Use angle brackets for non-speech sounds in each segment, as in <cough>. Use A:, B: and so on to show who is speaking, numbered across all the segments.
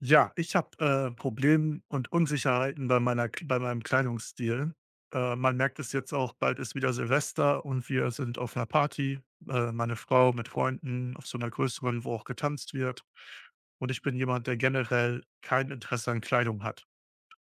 A: Ja, ich habe Problem und Unsicherheiten bei meiner bei meinem Kleidungsstil. Man merkt es jetzt auch, bald ist wieder Silvester und wir sind auf einer Party, meine Frau mit Freunden auf so einer größeren, wo auch getanzt wird. Und ich bin jemand, der generell kein Interesse an Kleidung hat.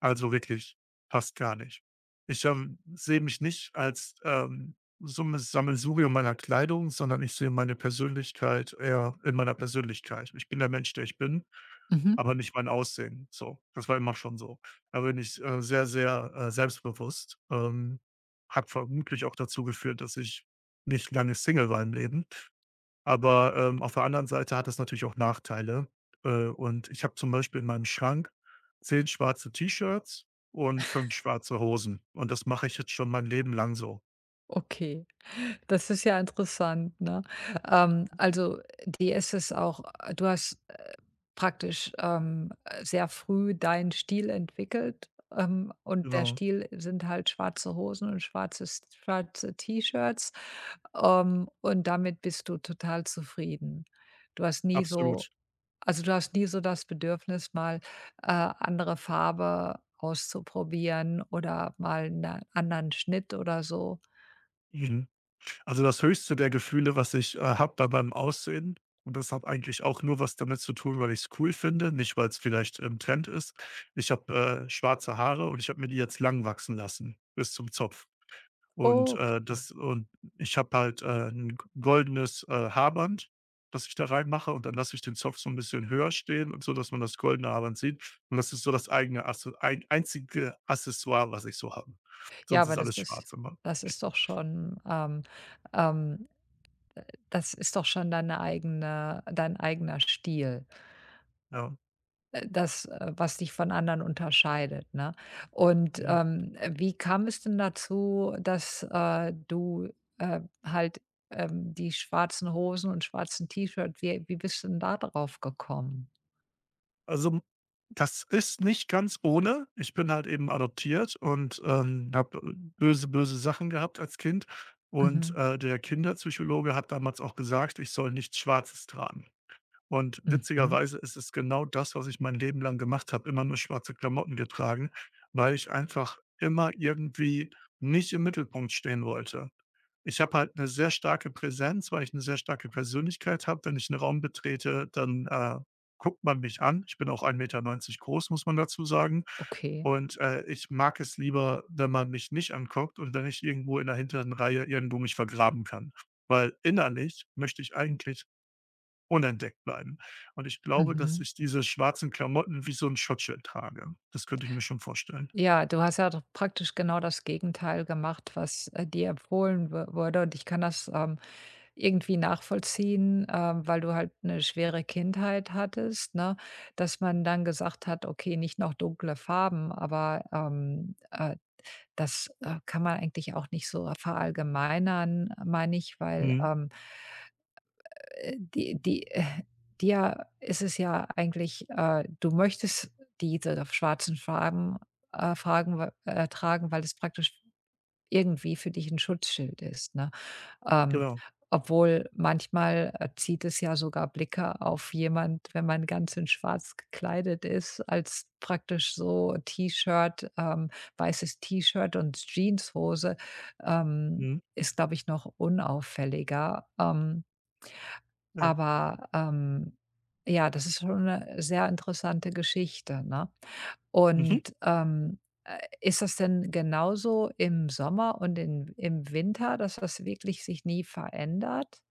A: Also wirklich fast gar nicht. Ich sehe mich nicht als Summe Sammelsurium meiner Kleidung, sondern ich sehe meine Persönlichkeit eher in meiner Persönlichkeit. Ich bin der Mensch, der ich bin,
B: Mhm.
A: aber nicht mein Aussehen, so. Das war immer schon so. Da bin ich sehr, sehr selbstbewusst. Hat vermutlich auch dazu geführt, dass ich nicht lange Single war im Leben. Aber auf der anderen Seite hat das natürlich auch Nachteile. Und ich habe zum Beispiel in meinem Schrank 10 schwarze T-Shirts und 5 schwarze Hosen. Und das mache ich jetzt schon mein Leben lang so.
B: Okay, das ist ja interessant, ne? Ähm, also, dir ist es auch du hast, praktisch, sehr früh deinen Stil entwickelt, und der
A: Genau,
B: Stil sind halt schwarze Hosen und schwarze T-Shirts, und damit bist du total zufrieden. Du hast nie
A: absolut.
B: so Also, du hast nie so das Bedürfnis, mal andere Farbe auszuprobieren oder mal einen anderen Schnitt oder so?
A: Mhm. Also, das höchste der Gefühle, was ich habe bei meinem Aussehen, und das hat eigentlich auch nur was damit zu tun, weil ich es cool finde, nicht weil es vielleicht im Trend ist. Ich habe schwarze Haare und ich habe mir die jetzt lang wachsen lassen bis zum Zopf. Und,
B: Okay.
A: äh, das und ich habe halt 'n goldenes Haarband, das ich da reinmache, und dann lasse ich den Zopf so ein bisschen höher stehen, und so, dass man das goldene Haarband sieht. Und das ist so das eigene Asse ein einzige Accessoire, was ich so habe.
B: Ja,
A: Sonst
B: aber
A: ist alles schwarz immer.
B: das ist doch schon, ähm das ist doch schon dein eigener Stil,
A: Ja.
B: was dich von anderen unterscheidet, ne? Und,
A: Mhm.
B: wie kam es denn dazu, dass, du, äh, halt, die schwarzen Hosen und schwarzen T-Shirt, wie bist du denn da drauf gekommen?
A: Also, das ist nicht ganz ohne. Ich bin halt eben adoptiert und habe böse, böse Sachen gehabt als Kind. Und,
B: Mhm,
A: äh, der Kinderpsychologe hat damals auch gesagt, ich soll nichts Schwarzes tragen. Und
B: mhm,
A: witzigerweise ist es genau das, was ich mein Leben lang gemacht habe, immer nur schwarze Klamotten getragen, weil ich einfach immer irgendwie nicht im Mittelpunkt stehen wollte. Ich habe halt eine sehr starke Präsenz, weil ich eine sehr starke Persönlichkeit habe. Wenn ich einen Raum betrete, dann guckt man mich an. Ich bin auch 1,90 m groß, muss man dazu sagen.
B: okay,
A: Und ich mag es lieber, wenn man mich nicht anguckt und wenn ich irgendwo in der hinteren Reihe irgendwo mich vergraben kann. Weil innerlich möchte ich eigentlich unentdeckt bleiben. Und ich glaube, dass
B: mhm.
A: ich diese schwarzen Klamotten wie so 'n Schottschild trage. Das könnte ich mir schon vorstellen.
B: Ja, du hast ja doch praktisch genau das Gegenteil gemacht, was, dir empfohlen wu wurde und ich kann das, irgendwie nachvollziehen, weil du halt eine schwere Kindheit hattest, ne, dass man dann gesagt hat: „Okay, nicht noch dunkle Farben“, aber das, kann man eigentlich auch nicht so verallgemeinern, meine ich, weil,
A: Mhm,
B: die die dir ist es ja eigentlich, du möchtest diese schwarzen Farben, Fragen w tragen, weil es praktisch irgendwie für dich ein Schutzschild ist, ne? Ähm,
A: genau.
B: Obwohl manchmal, zieht es ja sogar Blicke auf jemand, wenn man ganz in schwarz gekleidet ist, als praktisch so T-Shirt, weißes T-Shirt und Jeanshose, ähm,
A: Mhm,
B: ist, glaube ich, noch unauffälliger.
A: ja.
B: Aber, ähm, ja, das ist schon eine sehr interessante Geschichte, ne?
A: Mhm.
B: Und, ist das denn genauso im Sommer und in im Winter, dass das wirklich sich nie verändert?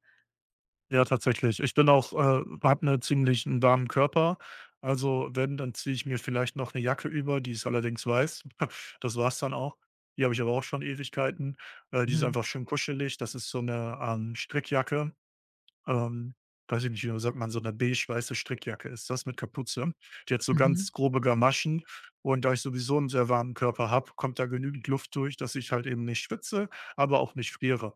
A: Ja, tatsächlich. Ich habe 'ne ziemlich 'n warmen Körper. Also, wenn, dann ziehe ich mir vielleicht noch 'ne Jacke über, die ist allerdings weiß. <laughs> Das war's dann auch. Die habe ich aber auch schon Ewigkeiten. Die ist
B: Mhm,
A: einfach schön kuschelig. Das ist so 'ne Strickjacke. ähm, weiß ich nicht, wie sagt man, so eine beige-weiße Strickjacke ist das mit Kapuze. Die hat so
B: mhm,
A: ganz grobe Gamaschen, und da ich sowieso einen sehr warmen Körper habe, kommt da genügend Luft durch, dass ich halt eben nicht schwitze, aber auch nicht friere.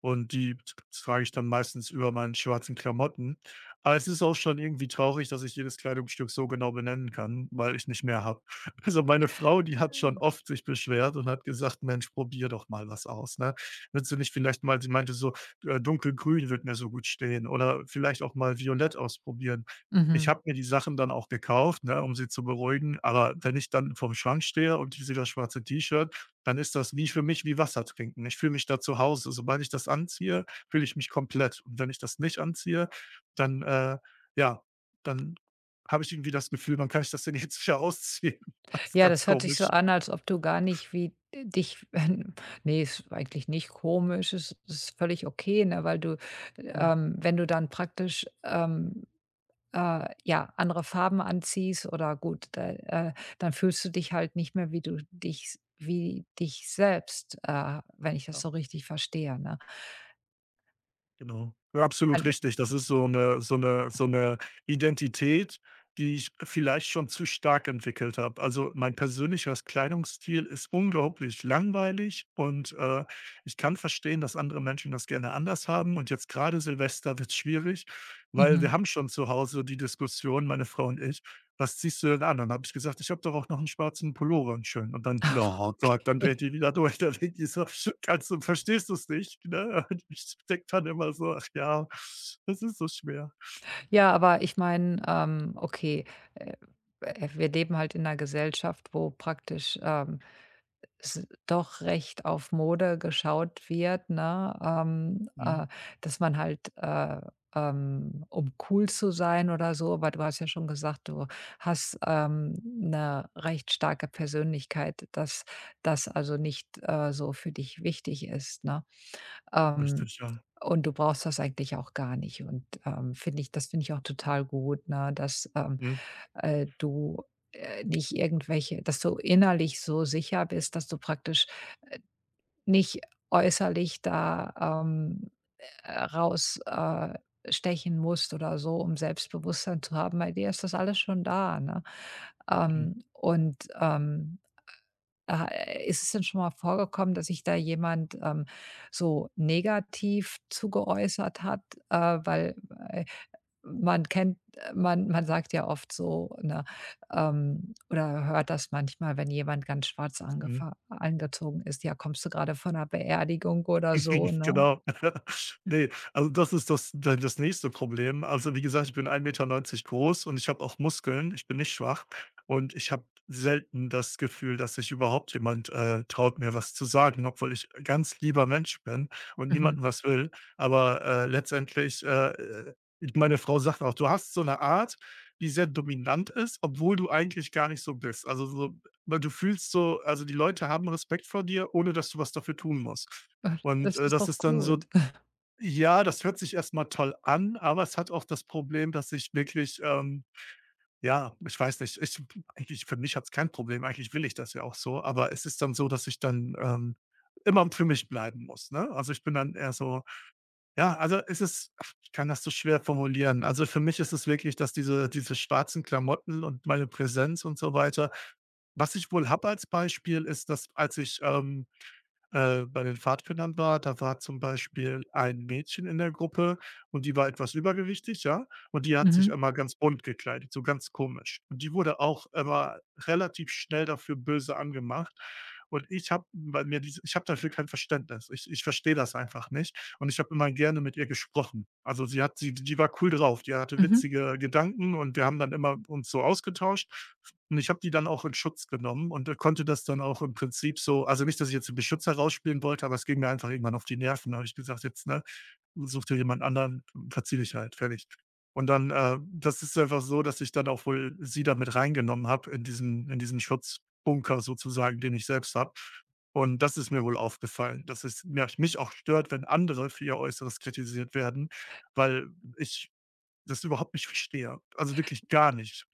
A: Und die trage ich dann meistens über meinen schwarzen Klamotten. Aber es ist auch schon irgendwie traurig, dass ich jedes Kleidungsstück so genau benennen kann, weil ich nicht mehr habe. <laughs> Also, meine Frau, die hat schon oft sich beschwert und hat gesagt: „Mensch, probier doch mal was aus, ne? Willst du nicht vielleicht mal“, sie meinte so „dunkelgrün wird mir so gut stehen oder vielleicht auch mal violett ausprobieren.“ Ich
B: mhm.
A: habe mir die Sachen dann auch gekauft, ne, um sie zu beruhigen, aber wenn ich dann vorm Schrank stehe und ich sehe das schwarze T-Shirt, dann ist das wie für mich wie Wasser trinken. Ich fühle mich da zu Hause. Sobald ich das anziehe, fühle ich mich komplett. Und wenn ich das nicht anziehe, dann ja, dann habe ich irgendwie das Gefühl, wann kann ich das denn jetzt wieder ausziehen? <laughs> Das ist
B: Ja,
A: ganz
B: das hört sich so
A: komisch.
B: an, als ob du gar nicht wie dich <laughs> nee, ist eigentlich nicht komisch, ist völlig okay, ne, weil du,
A: Mhm,
B: wenn du dann praktisch, ja, andere Farben anziehst oder gut, da, dann fühlst du dich halt nicht mehr wie dich selbst, wenn ich das
A: ja.
B: so richtig verstehe, ne?
A: Genau. Ja,
B: Al
A: absolut richtig. Das ist so eine, so eine, so eine Identität, die ich vielleicht schon zu stark entwickelt habe. Also, mein persönlicher Kleidungsstil ist unglaublich langweilig, und ich kann verstehen, dass andere Menschen das gerne anders haben, und jetzt gerade Silvester wird es schwierig, weil
B: mhm.
A: wir haben schon zu Hause die Diskussion, meine Frau und ich, was ziehst du denn an? Dann habe ich gesagt: „Ich habe doch auch noch einen schwarzen Pullover, 'n schönen.“ Und dann:
B: <laughs>
A: „Na, sagt, dann dreht die wieder durch.“ <laughs> Dann denkt ich so: „Kannst du, verstehst du's nicht?“, ne? <laughs> Und ich denke dann immer so: „Ach ja, das ist so schwer.“
B: Ja, aber ich meine, okay, äh, wir leben halt in einer Gesellschaft, wo praktisch, s doch recht auf Mode geschaut wird, ne?
A: Mhm.
B: Dass man halt, um cool zu sein oder so, aber du hast ja schon gesagt, du hast, 'ne recht starke Persönlichkeit, das also nicht, so für dich wichtig ist, ne? Ähm,
A: Richtig, ja.
B: und du brauchst das eigentlich auch gar nicht. Und, finde ich das finde ich auch total gut, ne, dass,
A: Mhm,
B: du, nicht irgendwelche, dass du innerlich so sicher bist, dass du praktisch nicht äußerlich da, ähm, äh, äh, stechen musst oder so, um Selbstbewusstsein zu haben. Bei dir ist das alles schon da, ne?
A: mhm,
B: Ähm, und, ähm Ist es denn schon mal vorgekommen, dass sich da jemand, so negativ zugeäußert hat? Weil, äh, man kennt man man sagt ja oft so, ne, oder hört das manchmal, wenn jemand ganz schwarz
A: mhm.
B: angefa angezogen ist: „Ja, kommst du gerade von einer Beerdigung oder so“,
A: <laughs>
B: ne?
A: Genau. <laughs> Ne, also das ist das nächste Problem. Also, wie gesagt, ich bin 1,90 m groß und ich habe auch Muskeln. Ich bin nicht schwach, und ich habe selten das Gefühl, dass sich überhaupt jemand traut, mir was zu sagen, obwohl ich ein ganz lieber Mensch bin und
B: Mhm.
A: niemandem was will. Aber letztendlich, meine Frau sagt auch: „Du hast so eine Art, die sehr dominant ist, obwohl du eigentlich gar nicht so bist.“ Also so, weil du fühlst so, also die Leute haben Respekt vor dir, ohne dass du was dafür tun musst. Und,
B: Das
A: äh,
B: ist
A: das
B: doch
A: ist dann so,
B: gut.
A: ja, das hört sich erstmal toll an, aber es hat auch das Problem, dass ich wirklich, ja, ich weiß nicht, ich eigentlich für mich hat es kein Problem, eigentlich will ich das ja auch so, aber es ist dann so, dass ich dann immer für mich bleiben muss, ne? Also, ich bin dann eher so, ja, also, es ist ach, ich kann das so schwer formulieren. Also, für mich ist es wirklich, dass diese schwarzen Klamotten und meine Präsenz und so weiter, was ich wohl habe als Beispiel ist, dass als ich, bei den Pfadfindern war, da war zum Beispiel ein Mädchen in der Gruppe, und die war etwas übergewichtig, ja, und die hat sich
B: Mhm.
A: immer ganz bunt gekleidet, so ganz komisch. Und die wurde auch immer relativ schnell dafür böse angemacht. Und ich habe bei mir diese ich habe dafür kein Verständnis. Ich verstehe das einfach nicht und ich habe immer gerne mit ihr gesprochen. Also, sie hat, sie, die war cool drauf, die hatte
B: Mhm.
A: witzige Gedanken und wir haben dann immer uns so ausgetauscht. Und ich habe die dann auch in Schutz genommen und konnte das dann auch im Prinzip so, also nicht, dass ich jetzt den Beschützer rausspielen wollte, aber es ging mir einfach irgendwann auf die Nerven. Da habe ich gesagt: „Jetzt, ne, such dir jemand anderen, verzieh dich halt, fertig.“ Und dann, das ist einfach so, dass ich dann auch wohl sie damit reingenommen habe in diesen Schutzbunker sozusagen, den ich selbst habe. Und das ist mir wohl aufgefallen, dass es mir mich auch stört, wenn andere für ihr Äußeres kritisiert werden, weil ich das überhaupt nicht verstehe. Also wirklich gar nicht.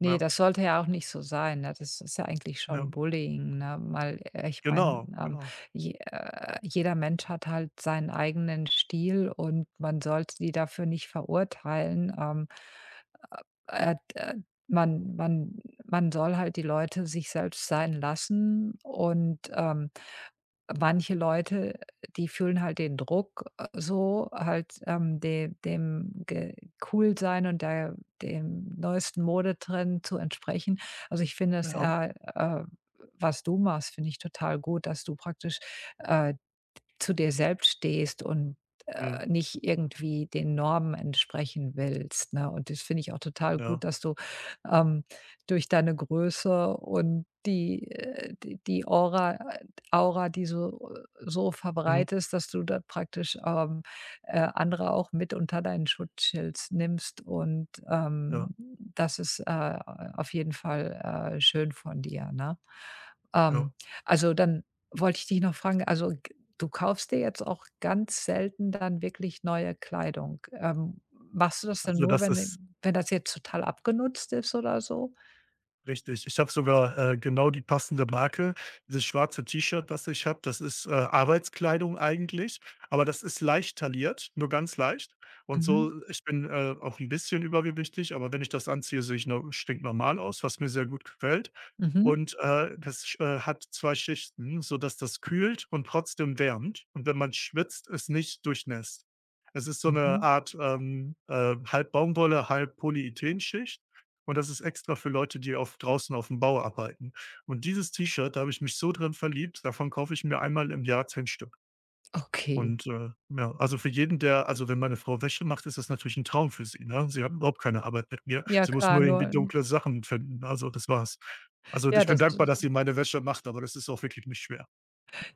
B: Ne,
A: Ja,
B: das sollte ja auch nicht so sein, ne? Das ist ja eigentlich
A: ja.
B: schon Bullying, ne? Weil ich meine,
A: Genau, genau.
B: je jeder Mensch hat halt seinen eigenen Stil und man sollte die dafür nicht verurteilen. Äh, d- äh, man man man soll halt die Leute sich selbst sein lassen und, manche Leute, die fühlen halt den Druck, so halt, de dem ge cool sein und der dem neuesten Modetrend zu entsprechen. Also, ich finde es
A: Ja.
B: eher, was du machst, finde ich total gut, dass du praktisch, äh zu dir selbst stehst und,
A: Mhm.
B: nicht irgendwie den Normen entsprechen willst, ne? Und das finde ich auch total
A: Ja.
B: gut, dass du, ähm, durch deine Größe und die Aura, die so so
A: Mhm.
B: verbreitest, dass du da praktisch, andere auch mit unter deinen Schutzschild nimmst und,
A: Ja,
B: das ist, auf jeden Fall, schön von dir, ne?
A: ja.
B: Ähm, also, dann wollte ich dich noch fragen, also: Du kaufst dir jetzt auch ganz selten dann wirklich neue Kleidung. Machst du das dann
A: Also,
B: nur,
A: das ist
B: wenn das jetzt total abgenutzt ist oder so?
A: richtig. Ich habe sogar genau die passende Marke. Dieses schwarze T-Shirt, was ich habe, das ist Arbeitskleidung eigentlich, aber das ist leicht tailliert, nur ganz leicht. Und
B: Mhm,
A: so ich bin auch ein bisschen übergewichtig, aber wenn ich das anziehe, sehe ich no stinknormal aus, was mir sehr gut gefällt.
B: mhm,
A: Und das hat 2 Schichten, sodass das kühlt und trotzdem wärmt. Und wenn man schwitzt, es nicht durchnässt. Es ist so eine
B: mhm.
A: Art, halb Baumwolle, halb Polyethenschicht, und das ist extra für Leute, die auf draußen auf dem Bau arbeiten. Und dieses T-Shirt, da habe ich mich so drin verliebt, davon kaufe ich mir einmal im Jahr 10 Stück.
B: Okay.
A: Und ja, also für jeden, der, also wenn meine Frau Wäsche macht, ist das natürlich ein Traum für sie, ne? Sie hat überhaupt keine Arbeit mit mir.
B: Ja
A: Sie muss
B: klar,
A: nur irgendwie
B: nur
A: dunkle Sachen finden. Also, das war's. Also,
B: ja,
A: ich bin
B: das
A: dankbar, dass sie meine Wäsche macht, aber das ist auch wirklich nicht schwer.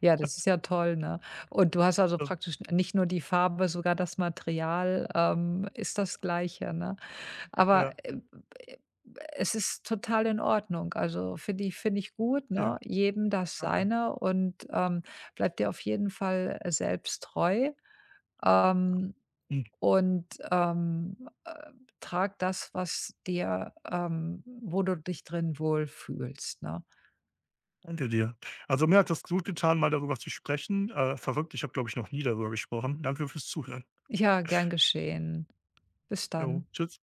B: ja, das
A: <laughs>
B: ist ja toll, ne? Und du hast also
A: Ja,
B: praktisch nicht nur die Farbe, sogar das Material, ist das Gleiche, ne? Aber,
A: ja,
B: äh, äh, Es ist total in Ordnung. Also, finde ich gut,
A: okay,
B: ne? Jedem das
A: danke.
B: Seine und, bleib dir auf jeden Fall, selbst treu, ähm,
A: Hm,
B: und, ähm, äh, trag das, was dir, wo du dich drin wohlfühlst, ne?
A: danke dir. Also, mir hat das gut getan, mal darüber zu sprechen. Verrückt, ich habe, glaube ich, noch nie darüber gesprochen. Danke fürs Zuhören.
B: Ja, gern geschehen. Bis
A: Jo,
B: dann.
A: tschüss.